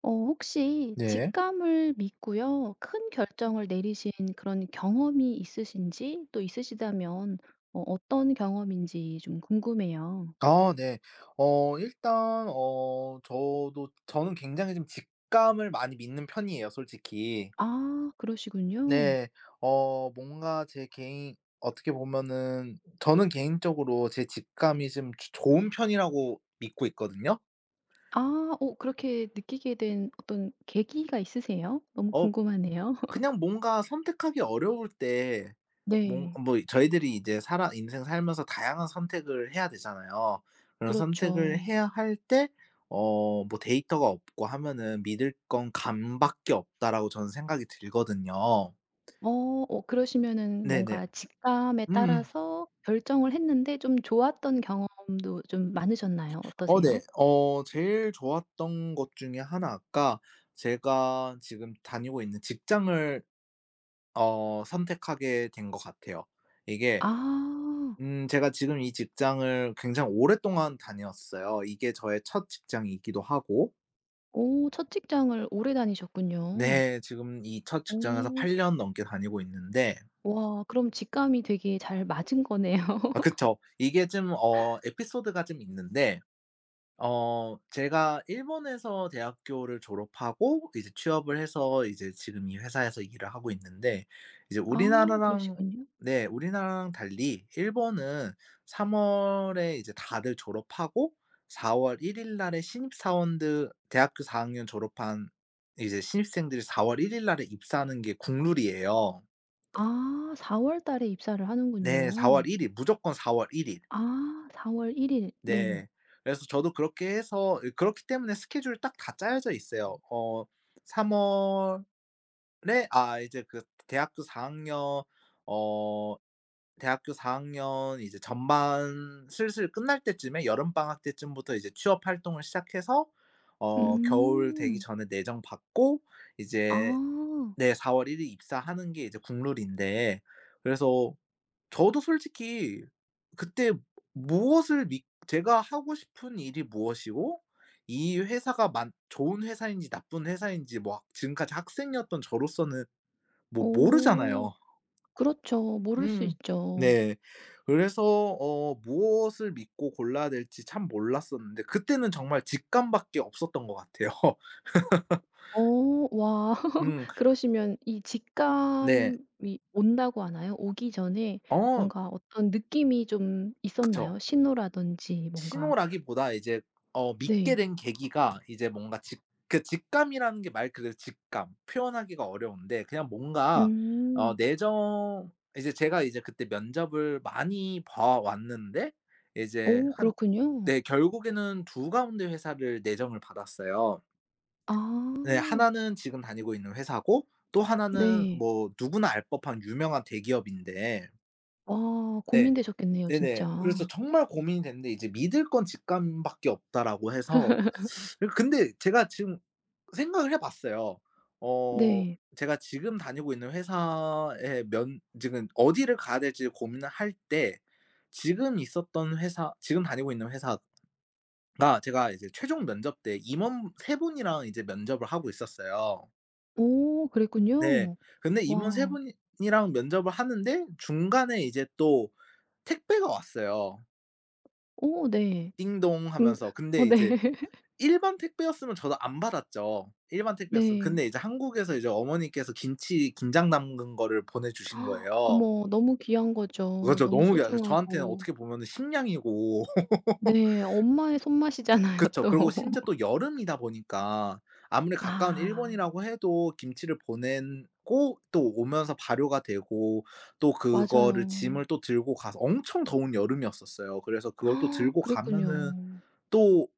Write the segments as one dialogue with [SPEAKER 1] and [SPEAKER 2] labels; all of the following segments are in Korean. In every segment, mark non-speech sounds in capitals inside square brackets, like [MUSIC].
[SPEAKER 1] 어 혹시
[SPEAKER 2] 네.
[SPEAKER 1] 직감을 믿고요. 큰 결정을 내리신 그런 경험이 있으신지, 또 있으시다면 어떤 경험인지 좀 궁금해요.
[SPEAKER 2] 아 네. 일단 저도 저는 굉장히 좀 직감을 많이 믿는 편이에요, 솔직히.
[SPEAKER 1] 아, 그러시군요.
[SPEAKER 2] 네. 뭔가 제 개인 어떻게 보면은 저는 개인적으로 제 직감이 좀 좋은 편이라고 믿고 있거든요.
[SPEAKER 1] 아, 그렇게 느끼게 된 어떤 계기가 있으세요? 너무
[SPEAKER 2] 어
[SPEAKER 1] 궁금하네요. [LAUGHS]
[SPEAKER 2] 그냥 뭔가 선택하기 어려울 때 뭔
[SPEAKER 1] 네.
[SPEAKER 2] 뭐 저희들이 이제 살아 인생 살면서 다양한 선택을 해야 되잖아요. 그런 선택을
[SPEAKER 1] 그렇죠.
[SPEAKER 2] 해야 할 때 뭐 데이터가 없고 하면은 '믿을 건 감밖에 없다.'라고 저는 생각이 들거든요.
[SPEAKER 1] 어 그러시면은
[SPEAKER 2] 네네.
[SPEAKER 1] 뭔가 직감에
[SPEAKER 2] 음음.
[SPEAKER 1] 따라서 결정을 했는데 좀 좋았던 경험도 좀 많으셨나요?
[SPEAKER 2] 네.
[SPEAKER 1] 어떠세요?
[SPEAKER 2] 제일 좋았던 것 중에 하나가 제가 지금 다니고 있는 직장을 선택하게 된 것 같아요. 이게
[SPEAKER 1] 아.
[SPEAKER 2] 제가 지금 이 직장을 굉장히 오랫동안 다녔어요. 이게 저의 첫 직장이기도 하고,
[SPEAKER 1] 오, 첫 직장을 오래 다니셨군요.
[SPEAKER 2] 네, 지금 이 첫 직장에서
[SPEAKER 1] 오,
[SPEAKER 2] 8년 넘게 다니고 있는데.
[SPEAKER 1] 와, 그럼 직감이 되게 잘 맞은 거네요.
[SPEAKER 2] 아
[SPEAKER 1] [LAUGHS]
[SPEAKER 2] 그쵸. 이게 좀 에피소드가 좀 있는데, 제가 일본에서 대학교를 졸업하고 이제 취업을 해서 이제 지금 이 회사에서 일을 하고 있는데, 이제
[SPEAKER 1] 아,
[SPEAKER 2] 우리나라랑,
[SPEAKER 1] 그러시군요.
[SPEAKER 2] 네, 우리나라랑 달리 일본은 3 월에 이제 다들 졸업하고, 4월 1일 날에 신입사원들, 대학교 4 학년 졸업한 이제 신입생들이 4월 1일 날에 입사하는 게 국룰이에요.
[SPEAKER 1] 아, 4월 달에 입사를
[SPEAKER 2] 네, 4월
[SPEAKER 1] 하는군요.
[SPEAKER 2] 1일, 무조건 4월 1 일.
[SPEAKER 1] 아, 4월 1 일. 네.
[SPEAKER 2] 네. 그래서 저도 그렇게 해서, 그렇기 때문에 스케줄이 딱 다 짜여져 있어요. 3 월에, 아 이제 그 대학교 4 학년, 어 대학교 4 학년 이제 전반 슬슬 끝날 때쯤에, 여름 방학 때쯤부터 이제 취업 활동을 시작해서 겨울 되기
[SPEAKER 1] 음.
[SPEAKER 2] 전에 내정 받고, 이제,
[SPEAKER 1] 아.
[SPEAKER 2] 네, 4월 1일 입사하는 게 이제 국룰인데. 그래서 저도 솔직히 그때, 무엇을 믿 제가 하고 싶은 일이 무엇이고 이 회사가 만 좋은 회사인지 나쁜 회사인지, 뭐 지금까지 학생이었던 저로서는 뭐
[SPEAKER 1] 오,
[SPEAKER 2] 모르잖아요.
[SPEAKER 1] 그렇죠. 모를 수
[SPEAKER 2] 음.
[SPEAKER 1] 있죠.
[SPEAKER 2] 네. 그래서 무엇을 믿고 골라야 될지 참 몰랐었는데, 그때는 정말 직감밖에 없었던 것 같아요. [LAUGHS]
[SPEAKER 1] 어, 와. [LAUGHS]
[SPEAKER 2] 음.
[SPEAKER 1] 그러시면 이
[SPEAKER 2] 네.
[SPEAKER 1] 직감이 온다고 하나요? 오기 전에
[SPEAKER 2] 어
[SPEAKER 1] 뭔가 어떤 느낌이 좀
[SPEAKER 2] 그쵸.
[SPEAKER 1] 있었나요? 신호라든지 뭔가.
[SPEAKER 2] 신호라기보다 이제, 믿게
[SPEAKER 1] 네.
[SPEAKER 2] 된 계기가 이제, 뭔가 직 그 직감이라는 게 말 그대로 직감. 표현하기가 어려운데, 그냥 뭔가
[SPEAKER 1] 음.
[SPEAKER 2] 내정 이제 제가 이제 그때 면접을 많이 봐 왔는데 이제
[SPEAKER 1] 오,
[SPEAKER 2] 한
[SPEAKER 1] 그렇군요.
[SPEAKER 2] 네, 결국에는 두 가운데 회사를 내정을 받았어요.
[SPEAKER 1] 아,
[SPEAKER 2] 네, 하나는 지금 다니고 있는 회사고 또 하나는
[SPEAKER 1] 네.
[SPEAKER 2] 뭐 누구나 알 법한 유명한 대기업인데.
[SPEAKER 1] 와,
[SPEAKER 2] 네.
[SPEAKER 1] 고민되셨겠네요
[SPEAKER 2] 네네. 그래서
[SPEAKER 1] 진짜.
[SPEAKER 2] 정말 고민이 됐는데, 이제 믿을 건 직감밖에 없다라고 해서, 근데 제가 지금 생각을 해 봤어요. 어
[SPEAKER 1] 네.
[SPEAKER 2] 제가 지금 다니고 있는 회사에 면 지금 어디를 가야 될지 고민을 할 때, 지금 있었던 회사, 지금 다니고 있는 회사가, 제가 이제 최종 면접 때 임원 세 분이랑 이제 면접을 하고 있었어요.
[SPEAKER 1] 오,
[SPEAKER 2] 네.
[SPEAKER 1] 그랬군요.
[SPEAKER 2] 근데 임원 세
[SPEAKER 1] 와.
[SPEAKER 2] 분이랑 면접을 하는데, 중간에 이제 또 택배가 왔어요.
[SPEAKER 1] 오, 네.
[SPEAKER 2] 띵동
[SPEAKER 1] 음,
[SPEAKER 2] 하면서.
[SPEAKER 1] 어,
[SPEAKER 2] 근데
[SPEAKER 1] 네.
[SPEAKER 2] 이제,
[SPEAKER 1] [LAUGHS]
[SPEAKER 2] 일반 택배였으면 저도 안 받았죠, 일반 택배였으면.
[SPEAKER 1] 네.
[SPEAKER 2] 근데 이제 한국에서 이제 어머니께서 김치 김장 담근 거를 보내주신 거예요.
[SPEAKER 1] 어머, 너무 귀한 거죠.
[SPEAKER 2] 그죠.
[SPEAKER 1] 너무
[SPEAKER 2] 너무 귀하 저한테는
[SPEAKER 1] 소중하고.
[SPEAKER 2] 어떻게 보면은 식량이고. [LAUGHS]
[SPEAKER 1] 네. 엄마의 손맛이잖아요
[SPEAKER 2] 그쵸.
[SPEAKER 1] 또.
[SPEAKER 2] 그리고 심지어
[SPEAKER 1] [LAUGHS]
[SPEAKER 2] 또 여름이다 보니까, 아무리 가까운
[SPEAKER 1] 아,
[SPEAKER 2] 일본이라고 해도 김치를 보내고 또 오면서 발효가 되고, 또 그거를
[SPEAKER 1] 맞아요.
[SPEAKER 2] 짐을 또 들고 가서, 엄청 더운 여름이었었어요. 그래서 그걸 또
[SPEAKER 1] [GASPS]
[SPEAKER 2] 들고
[SPEAKER 1] 그랬군요.
[SPEAKER 2] 가면은, 또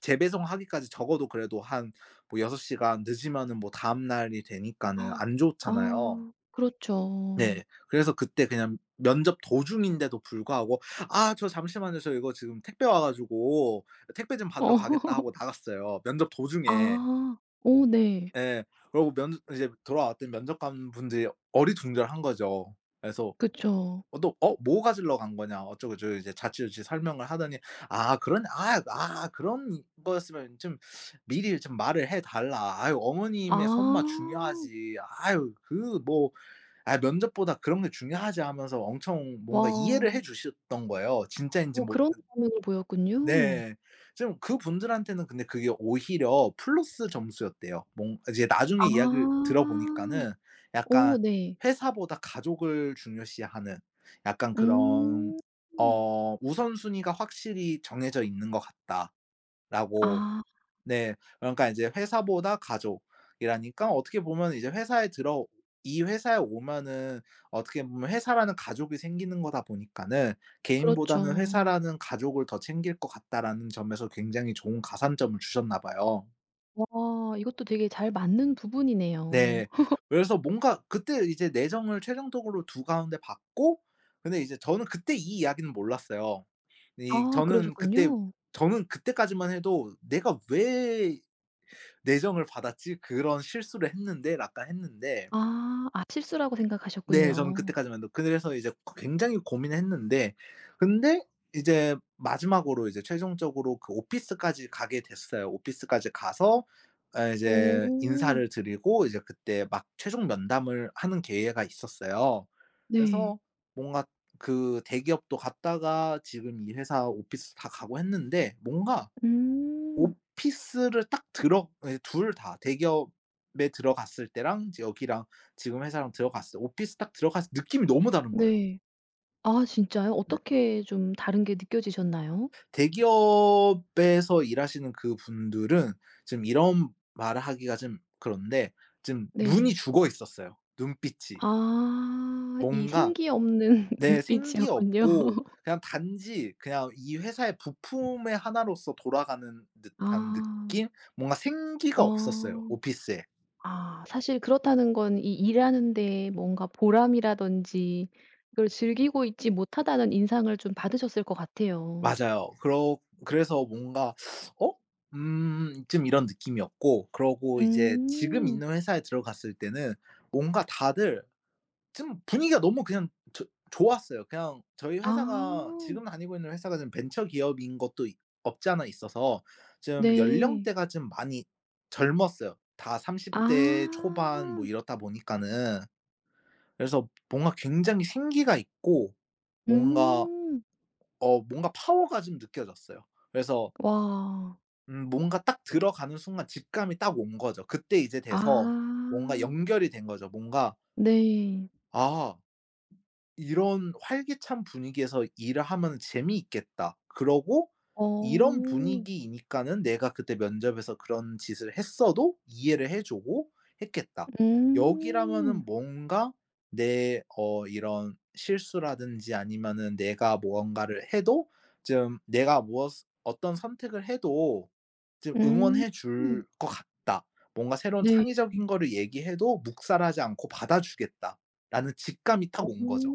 [SPEAKER 2] 재배송하기까지 적어도 그래도 한 뭐 6 시간 늦으면은, 뭐 다음 날이 되니까는 안
[SPEAKER 1] [GASPS]
[SPEAKER 2] 좋잖아요.
[SPEAKER 1] 아, 그렇죠.
[SPEAKER 2] 네. 그래서 그때 그냥 면접 도중인데도 불구하고, "아 저 잠시만요. 저 이거 지금 택배 와 가지고 택배 좀 받으러
[SPEAKER 1] 어.
[SPEAKER 2] 가겠다." 하고
[SPEAKER 1] [LAUGHS]
[SPEAKER 2] 나갔어요, 면접 도중에.
[SPEAKER 1] 아. 오, 네.
[SPEAKER 2] 예. 그러고 면 이제 돌아왔더니 면접관 분들이 어리둥절한 거죠. 그래서
[SPEAKER 1] 그쵸.
[SPEAKER 2] 또, "어 뭐 가지러 간 거냐." 어쩌고저쩌고 이제 자취조취 설명을 하더니, "아 그런 아 아 그런 거였으면 좀 미리 좀 말을 해 달라. 아유,
[SPEAKER 1] 아.
[SPEAKER 2] 어머님의 손맛 중요하지. 아유, 그 뭐, 아 면접보다 그런 게 중요하지." 하면서 엄청 뭔가 이해를 해
[SPEAKER 1] 와.
[SPEAKER 2] 주셨던 거예요. 진짜인지
[SPEAKER 1] 어,
[SPEAKER 2] 뭐.
[SPEAKER 1] 그런 반응을 보였군요.
[SPEAKER 2] 네. 지금 그분들한테는, 근데 그게 오히려 플러스 점수였대요, 뭔 이제 나중에 이야기를
[SPEAKER 1] 아.
[SPEAKER 2] 들어보니까는.
[SPEAKER 1] 오,
[SPEAKER 2] 약간
[SPEAKER 1] 네.
[SPEAKER 2] 회사보다 가족을 중요시하는, 약간 그런,
[SPEAKER 1] 음.
[SPEAKER 2] '우선순위가 확실히 정해져 있는 것 같다.'라고.
[SPEAKER 1] 아,
[SPEAKER 2] 네. 그러니까 이제 회사보다 가족이라니까, 어떻게 보면 이제 회사에 들어 이 회사에 오면은, 어떻게 보면 회사라는 가족이 생기는 거다 보니까는
[SPEAKER 1] 그렇죠.
[SPEAKER 2] '개인보다는 회사라는 가족을 더 챙길 것 같다.'라는 점에서 굉장히 좋은 가산점을 주셨나 봐요.
[SPEAKER 1] 와, 이것도 되게 잘 맞는 부분이네요.
[SPEAKER 2] 네. 그래서 뭔가 그때 이제 내정을 최종적으로 두 가운데 받고. 근데 이제 저는 그때 이 이야기는 몰랐어요. 이
[SPEAKER 1] 아,
[SPEAKER 2] 저는 그때
[SPEAKER 1] 그러셨군요.
[SPEAKER 2] 저는 그때까지만 해도 '내가 왜 내정을 받았지, 그런 실수를 했는데', 라까 했는데.
[SPEAKER 1] 아. 아, 실수라고
[SPEAKER 2] 네, 저는
[SPEAKER 1] 생각하셨군요.
[SPEAKER 2] 그때까지만 해도. 그래서 이제 굉장히 고민했는데, 근데 이제 마지막으로, 이제 최종적으로 그 오피스까지 가게 됐어요. 오피스까지 가서 아 이제
[SPEAKER 1] 오.
[SPEAKER 2] 인사를 드리고, 이제 그때 막 최종 면담을 하는 기회가 있었어요.
[SPEAKER 1] 네.
[SPEAKER 2] 그래서 뭔가, 그 대기업도 갔다가 지금 이 회사 오피스 다 가고 했는데, 뭔가
[SPEAKER 1] 음.
[SPEAKER 2] 오피스를 딱 들어 둘 다, 대기업에 들어갔을 때랑 이제 여기랑, 지금 회사랑 들어갔을 때, 오피스 딱 들어갔을 때 느낌이 너무 다른 거예요.
[SPEAKER 1] 네. 아, 진짜요?
[SPEAKER 2] 네.
[SPEAKER 1] 어떻게 좀 다른 게 느껴지셨나요?
[SPEAKER 2] 대기업에서 일하시는 그 분들은, 지금 이런 말을 하기가 좀 그런데, 지금 눈이
[SPEAKER 1] 네.
[SPEAKER 2] 죽어 있었어요, 눈빛이.
[SPEAKER 1] 아. 이
[SPEAKER 2] 뭔가
[SPEAKER 1] 생기 없는 [LAUGHS]
[SPEAKER 2] 내 생기
[SPEAKER 1] 눈빛이었군요.
[SPEAKER 2] 없고 그냥 단지 그냥 이 회사의 부품의 하나로서 돌아가는 듯한
[SPEAKER 1] 아.
[SPEAKER 2] 느낌? 뭔가 생기가 없었어요,
[SPEAKER 1] 어.
[SPEAKER 2] 오피스에.
[SPEAKER 1] 아, 사실 그렇다는 건 이 일하는 데에 뭔가 보람이라든지 이걸 즐기고 있지 못하다는 인상을 좀 받으셨을 것 같아요.
[SPEAKER 2] 맞아요. 그러 그래서 뭔가 '어? 음.' 좀 이런 느낌이었고. 그러고 이제 지금
[SPEAKER 1] 음.
[SPEAKER 2] 있는 회사에 들어갔을 때는, 뭔가 다들 좀 분위기가 너무, 그냥 저 좋았어요. 그냥 저희
[SPEAKER 1] 아.
[SPEAKER 2] 회사가, 지금 다니고 있는 회사가 좀 벤처 기업인 것도 있 없지 않아 있어서, 좀
[SPEAKER 1] 네.
[SPEAKER 2] 연령대가 좀 많이 젊었어요. 다 30대
[SPEAKER 1] 아.
[SPEAKER 2] 초반, 뭐 이렇다 보니까는. 그래서 뭔가 굉장히 생기가 있고, 뭔가
[SPEAKER 1] 음.
[SPEAKER 2] 뭔가 파워가 좀 느껴졌어요. 그래서
[SPEAKER 1] 와.
[SPEAKER 2] 뭔가 딱 들어가는 순간 직감이 딱 온 거죠. 그때 이제
[SPEAKER 1] 아.
[SPEAKER 2] 돼서, 뭔가 연결이 된 거죠. 뭔가
[SPEAKER 1] 네.
[SPEAKER 2] '아', '이런 활기찬 분위기에서 일을 하면 재미있겠다.' 그러고 '이런
[SPEAKER 1] 어.
[SPEAKER 2] 분위기이니까는, 내가 그때 면접에서 그런 짓을 했어도 이해를 해 주고 했겠다.' 여기라면은
[SPEAKER 1] 음.
[SPEAKER 2] 뭔가 내 어 이런 실수라든지 아니면은 내가 무언가를 해도, 좀 내가 무엇 어떤 선택을 해도 좀
[SPEAKER 1] 음.
[SPEAKER 2] 응원해 줄 것 같다. 뭔가 새로운
[SPEAKER 1] 네.
[SPEAKER 2] 창의적인 거를 얘기해도 묵살하지 않고 받아주겠다라는 직감이
[SPEAKER 1] 어.
[SPEAKER 2] 딱 온 거죠.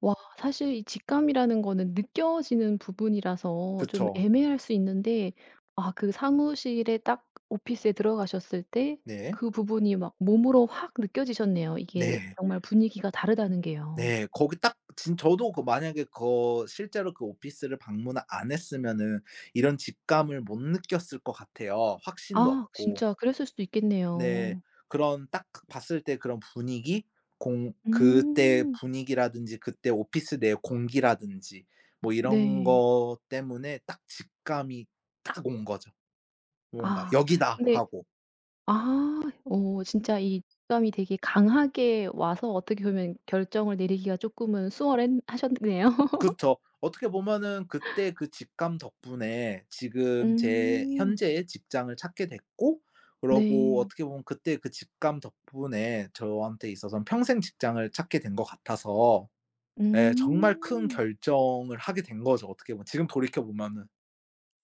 [SPEAKER 1] 와, 사실 이 직감이라는 거는 느껴지는 부분이라서 좀
[SPEAKER 2] 그쵸.
[SPEAKER 1] 애매할 수 있는데 아 그 사무실에, 딱 오피스에 들어가셨을 때
[SPEAKER 2] 네.
[SPEAKER 1] 그 부분이 막 몸으로 확 느껴지셨네요. 이게
[SPEAKER 2] 네.
[SPEAKER 1] 정말 분위기가 다르다는 게요.
[SPEAKER 2] 네. 거기 딱 진 저도 그, 만약에 거 실제로 그 오피스를 방문 안 했으면은 이런 직감을 못 느꼈을 것 같아요, 확신도
[SPEAKER 1] 아,
[SPEAKER 2] 없고.
[SPEAKER 1] 진짜 그랬을 수도
[SPEAKER 2] 네.
[SPEAKER 1] 있겠네요.
[SPEAKER 2] 그런, 딱 그 봤을 때 그런 분위기? 공 그때
[SPEAKER 1] 음.
[SPEAKER 2] 분위기라든지, 그때 오피스 내 공기라든지, 뭐 이런
[SPEAKER 1] 네.
[SPEAKER 2] 것 때문에 딱 직감이 딱 온 거죠, 뭔가
[SPEAKER 1] 아
[SPEAKER 2] '여기다.'
[SPEAKER 1] 근데
[SPEAKER 2] 하고.
[SPEAKER 1] 아, 오, 진짜 이 직감이 되게 강하게 와서 어떻게 보면 결정을 내리기가 조금은 수월 하셨네요. [LAUGHS]
[SPEAKER 2] 그쵸. 어떻게 보면은 그때 그 직감 덕분에 지금 제
[SPEAKER 1] 음.
[SPEAKER 2] 현재의 직장을 찾게 됐고, 그러고
[SPEAKER 1] 네.
[SPEAKER 2] 어떻게 보면 그때 그 직감 덕분에 저한테 있어서는 평생 직장을 찾게 된 것 같아서. 예, 정말 큰
[SPEAKER 1] 음.
[SPEAKER 2] 결정을 하게 된 거죠, 어떻게 보면, 지금 돌이켜 보면은.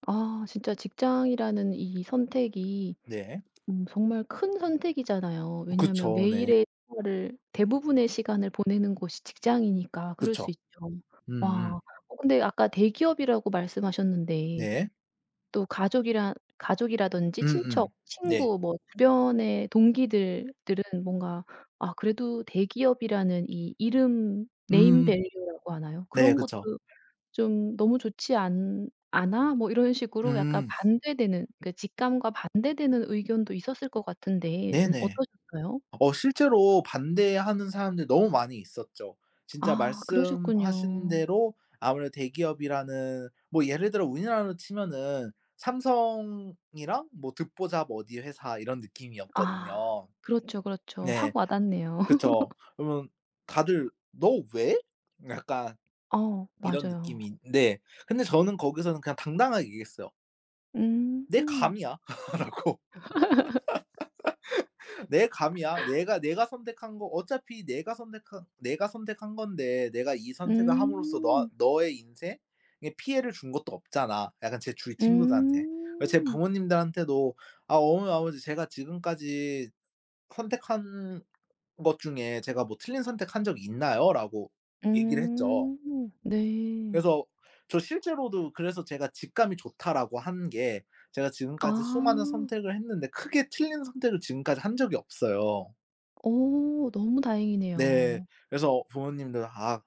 [SPEAKER 1] 아, 진짜 직장이라는 이 선택이
[SPEAKER 2] 네.
[SPEAKER 1] 정말 큰 선택이잖아요. 왜냐하면
[SPEAKER 2] 그쵸. 네.
[SPEAKER 1] 매일의 생활을 대부분의 시간을 보내는 곳이 직장이니까 그럴
[SPEAKER 2] 그쵸.
[SPEAKER 1] 수 있죠.
[SPEAKER 2] 음음.
[SPEAKER 1] 와. 어, 근데 아까 대기업이라고 말씀하셨는데
[SPEAKER 2] 네.
[SPEAKER 1] 또 가족이라든지
[SPEAKER 2] 음음.
[SPEAKER 1] 친척,
[SPEAKER 2] 네.
[SPEAKER 1] 친구 뭐 주변의 동기들 들은 뭔가 아, 그래도 대기업이라는 이 이름 네임
[SPEAKER 2] 음음.
[SPEAKER 1] 밸류라고 하나요?
[SPEAKER 2] 네,
[SPEAKER 1] 그런 것도
[SPEAKER 2] 그쵸.
[SPEAKER 1] 좀 "너무 좋지 않 않아?" 뭐 이런 식으로 약간
[SPEAKER 2] 음.
[SPEAKER 1] 반대되는 그 직감과 반대되는 의견도 있었을 것 같은데 좀
[SPEAKER 2] 네네.
[SPEAKER 1] 어떠셨어요?
[SPEAKER 2] 실제로 반대하는 사람들이 너무 많이 있었죠. 진짜
[SPEAKER 1] 아,
[SPEAKER 2] 말씀하신
[SPEAKER 1] 그러셨군요.
[SPEAKER 2] 대로, 아무래도 대기업이라는, 뭐 예를 들어 우리나라로 치면은 삼성이랑 뭐 듣보잡 어디 회사, 이런
[SPEAKER 1] 아,
[SPEAKER 2] 느낌이었거든요.
[SPEAKER 1] 그렇죠, 그렇죠.
[SPEAKER 2] 네.
[SPEAKER 1] 확 와닿네요. [LAUGHS]
[SPEAKER 2] 그쵸. 그러면 다들 "너 왜?" 약간
[SPEAKER 1] 어,
[SPEAKER 2] 이런
[SPEAKER 1] 맞아요.
[SPEAKER 2] 느낌인데, 근데 저는 거기서는 그냥 당당하게 얘기했어요. "내
[SPEAKER 1] 음.
[SPEAKER 2] 감이야." [LAUGHS] 라고. 내 감이야. 내가 선택한 거, 어차피 내가 선택한, 내가 선택한 건데, 내가 이 선택을 함으로써 너
[SPEAKER 1] 음.
[SPEAKER 2] 너의 인생에 피해를 준 것도 없잖아, 약간 제 주위 친구들한테. 그래서 제
[SPEAKER 1] 음.
[SPEAKER 2] 부모님들한테도 "아 어머니 아버지, 제가 지금까지 선택한 것 중에 제가 뭐 틀린 선택한 적이 있나요?"라고 얘기를 했죠.
[SPEAKER 1] 음. 네.
[SPEAKER 2] 그래서 저, 실제로도, 그래서 제가 직감이 좋다라고 한 게, 제가 지금까지 수많은
[SPEAKER 1] 아.
[SPEAKER 2] 선택을 했는데 크게 틀린 선택을 지금까지 한 적이 없어요.
[SPEAKER 1] 어, 너무
[SPEAKER 2] 네.
[SPEAKER 1] 다행이네요.
[SPEAKER 2] 그래서 부모님도 "아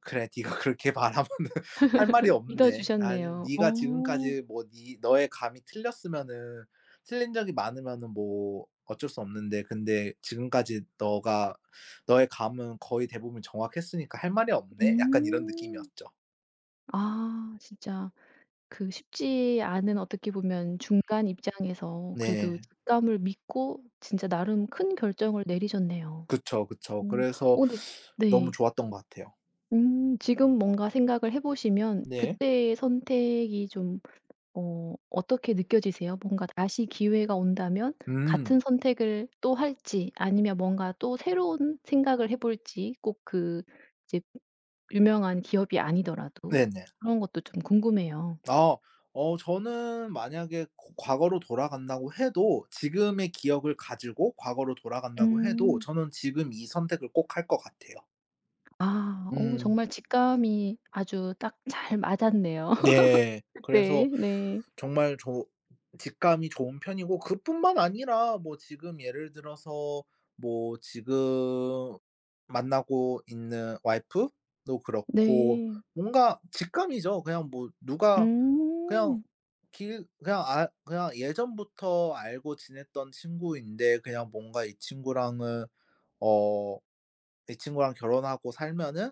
[SPEAKER 2] 그래, 네가 [LAUGHS] 그렇게 바라면은 할 말이
[SPEAKER 1] 믿어
[SPEAKER 2] 없네. 아,
[SPEAKER 1] 주셨네요.
[SPEAKER 2] 네가
[SPEAKER 1] 어.
[SPEAKER 2] 지금까지 뭐 네 너의 감이 틀렸으면은, 틀린 적이 많으면은 뭐 어쩔 수 없는데, 근데 지금까지 너가 너의 감은 거의 대부분 정확했으니까 할 말이 없네." 약간 이런
[SPEAKER 1] 음.
[SPEAKER 2] 느낌이었죠.
[SPEAKER 1] 아, 진짜 그 쉽지 않은 어떻게 보면 중간 입장에서 그래도
[SPEAKER 2] 네.
[SPEAKER 1] 직감을 믿고 진짜 나름 큰 결정을 내리셨네요.
[SPEAKER 2] 그쵸, 그쵸.
[SPEAKER 1] 음.
[SPEAKER 2] 그래서
[SPEAKER 1] 어 근데
[SPEAKER 2] 너무
[SPEAKER 1] 네.
[SPEAKER 2] 좋았던 것 같아요.
[SPEAKER 1] 지금 뭔가 생각을 해 보시면
[SPEAKER 2] 네.
[SPEAKER 1] 그때의 선택이 좀 어떻게 느껴지세요? 뭔가 다시 기회가 온다면
[SPEAKER 2] 음.
[SPEAKER 1] 같은 선택을 또 할지 아니면 뭔가 또 새로운 생각을 해 볼지 꼭 그 이제 유명한 기업이 아니더라도
[SPEAKER 2] 네네.
[SPEAKER 1] 그런 것도 좀 궁금해요.
[SPEAKER 2] 아. 저는 만약에 고 과거로 돌아간다고 해도, 지금의 기억을 가지고 과거로 돌아간다고 해도,
[SPEAKER 1] 음.
[SPEAKER 2] 저는 지금 이 선택을 꼭 할 것 같아요.
[SPEAKER 1] 아. 어,
[SPEAKER 2] 음.
[SPEAKER 1] 정말 직감이 아주 딱 잘 맞았네요.
[SPEAKER 2] 네.
[SPEAKER 1] [LAUGHS]
[SPEAKER 2] 그래서
[SPEAKER 1] 네. 네.
[SPEAKER 2] 정말 조 직감이 좋은 편이고, 그뿐만 아니라 뭐 지금 예를 들어서 뭐 지금 만나고 있는 와이프도 그렇고,
[SPEAKER 1] 네.
[SPEAKER 2] 뭔가 직감이죠. 그냥 뭐 누가, 그냥
[SPEAKER 1] 음.
[SPEAKER 2] 길 그냥 아 그냥 예전부터 알고 지냈던 친구인데, 그냥 뭔가 이 친구랑은 어 '이 친구랑 결혼하고 살면은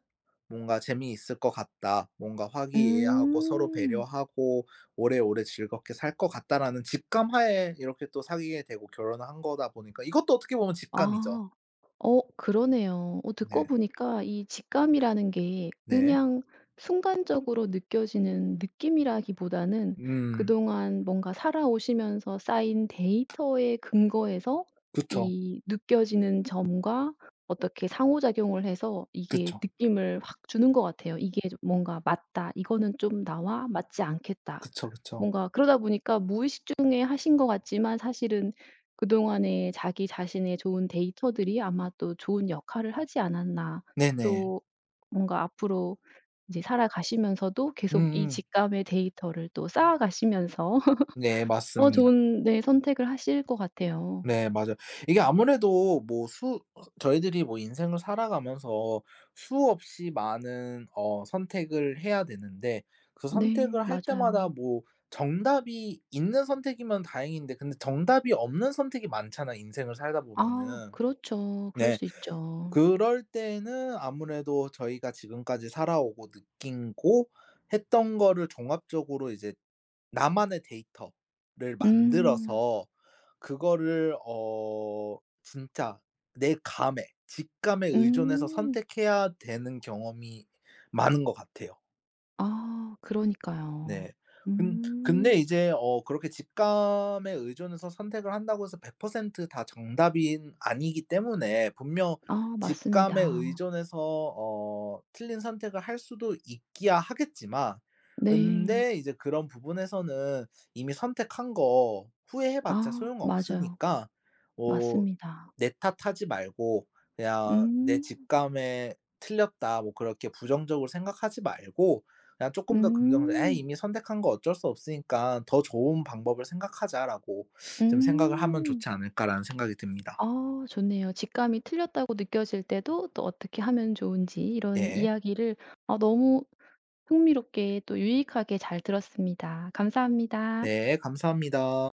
[SPEAKER 2] 뭔가 재미있을 것 같다. 뭔가 화기애애하고 서로
[SPEAKER 1] 음.
[SPEAKER 2] 배려하고 오래오래 즐겁게 살 것 같다.'라는 직감하에 이렇게 또 사귀게 되고 결혼을 한 거다 보니까, 이것도 어떻게 보면 직감이죠.
[SPEAKER 1] 아. 어, 그러네요. 어, 듣고
[SPEAKER 2] 네.
[SPEAKER 1] 보니까 이 직감이라는 게
[SPEAKER 2] 네.
[SPEAKER 1] 그냥 순간적으로 느껴지는 느낌이라기보다는
[SPEAKER 2] 음.
[SPEAKER 1] 그동안 뭔가 살아오시면서 쌓인 데이터의 근거에서
[SPEAKER 2] 그쵸.
[SPEAKER 1] 이 느껴지는 점과 어떻게 상호작용을 해서 이게
[SPEAKER 2] 그쵸.
[SPEAKER 1] 느낌을 확 주는 것 같아요. 이게 좀 뭔가 '맞다. 이거는 좀 나와 맞지 않겠다.'
[SPEAKER 2] 그쵸, 그쵸.
[SPEAKER 1] 뭔가 그러다 보니까 무의식 중에 하신 것 같지만 사실은 그동안에 자기 자신의 좋은 데이터들이 아마 또 좋은 역할을 하지 않았나.
[SPEAKER 2] 네네.
[SPEAKER 1] 또 뭔가 앞으로 이제 살아가시면서도 계속 이
[SPEAKER 2] 음음.
[SPEAKER 1] 직감의 데이터를 또 쌓아가시면서
[SPEAKER 2] 네,
[SPEAKER 1] [LAUGHS] 더
[SPEAKER 2] 맞습니다.
[SPEAKER 1] 좋은 네 선택을 하실 것 같아요.
[SPEAKER 2] 네, 맞아요. 이게 아무래도 뭐 수 저희들이 뭐 인생을 살아가면서 수없이 많은 선택을 해야 되는데, 그 선택을
[SPEAKER 1] 네,
[SPEAKER 2] 할 때마다
[SPEAKER 1] 맞아요.
[SPEAKER 2] 뭐 정답이 있는 선택이면 다행인데, 근데 정답이 없는 선택이 많잖아, 인생을 살다
[SPEAKER 1] 아,
[SPEAKER 2] 보면은.
[SPEAKER 1] 그렇죠. 그럴
[SPEAKER 2] 네.
[SPEAKER 1] 수 있죠.
[SPEAKER 2] 그럴 때에는 아무래도 저희가 지금까지 살아오고 느끼고 했던 거를 종합적으로 이제 나만의 데이터를
[SPEAKER 1] 음.
[SPEAKER 2] 만들어서, 그거를 진짜 내 감에 직감에 의존해서
[SPEAKER 1] 음.
[SPEAKER 2] 선택해야 되는 경험이 많은 것 같아요.
[SPEAKER 1] 아,
[SPEAKER 2] 네.
[SPEAKER 1] 그러니까요.
[SPEAKER 2] 근 근데
[SPEAKER 1] 음.
[SPEAKER 2] 이제 그렇게 직감에 의존해서 선택을 한다고 해서 100%다 정답인 아니기 때문에, 분명
[SPEAKER 1] 아,
[SPEAKER 2] 직감에
[SPEAKER 1] 맞습니다.
[SPEAKER 2] 의존해서 틀린 선택을 할 수도 있기야 하겠지만,
[SPEAKER 1] 네.
[SPEAKER 2] 근데 이제 그런 부분에서는 이미 선택한 거 후회해 봤자
[SPEAKER 1] 아, 맞아요.
[SPEAKER 2] 소용없으니까 뭐
[SPEAKER 1] 맞습니다.
[SPEAKER 2] 내 탓하지 말고, 그냥 '내
[SPEAKER 1] 음.
[SPEAKER 2] 직감에 틀렸다.' 뭐 그렇게 부정적으로 생각하지 말고, 그냥 조금 더 긍정적, 에이,
[SPEAKER 1] 음.
[SPEAKER 2] 이미 선택한 거 어쩔 수 없으니까 더 좋은 방법을 생각하자라고 좀 생각을 하면
[SPEAKER 1] 음.
[SPEAKER 2] 좋지 않을까라는 생각이 듭니다.
[SPEAKER 1] 아, 좋네요. 직감이 틀렸다고 느껴질 때도 또 어떻게 하면 좋은지 이런
[SPEAKER 2] 네.
[SPEAKER 1] 이야기를 어 너무 흥미롭게 또 유익하게 잘 들었습니다. 감사합니다.
[SPEAKER 2] 네, 감사합니다.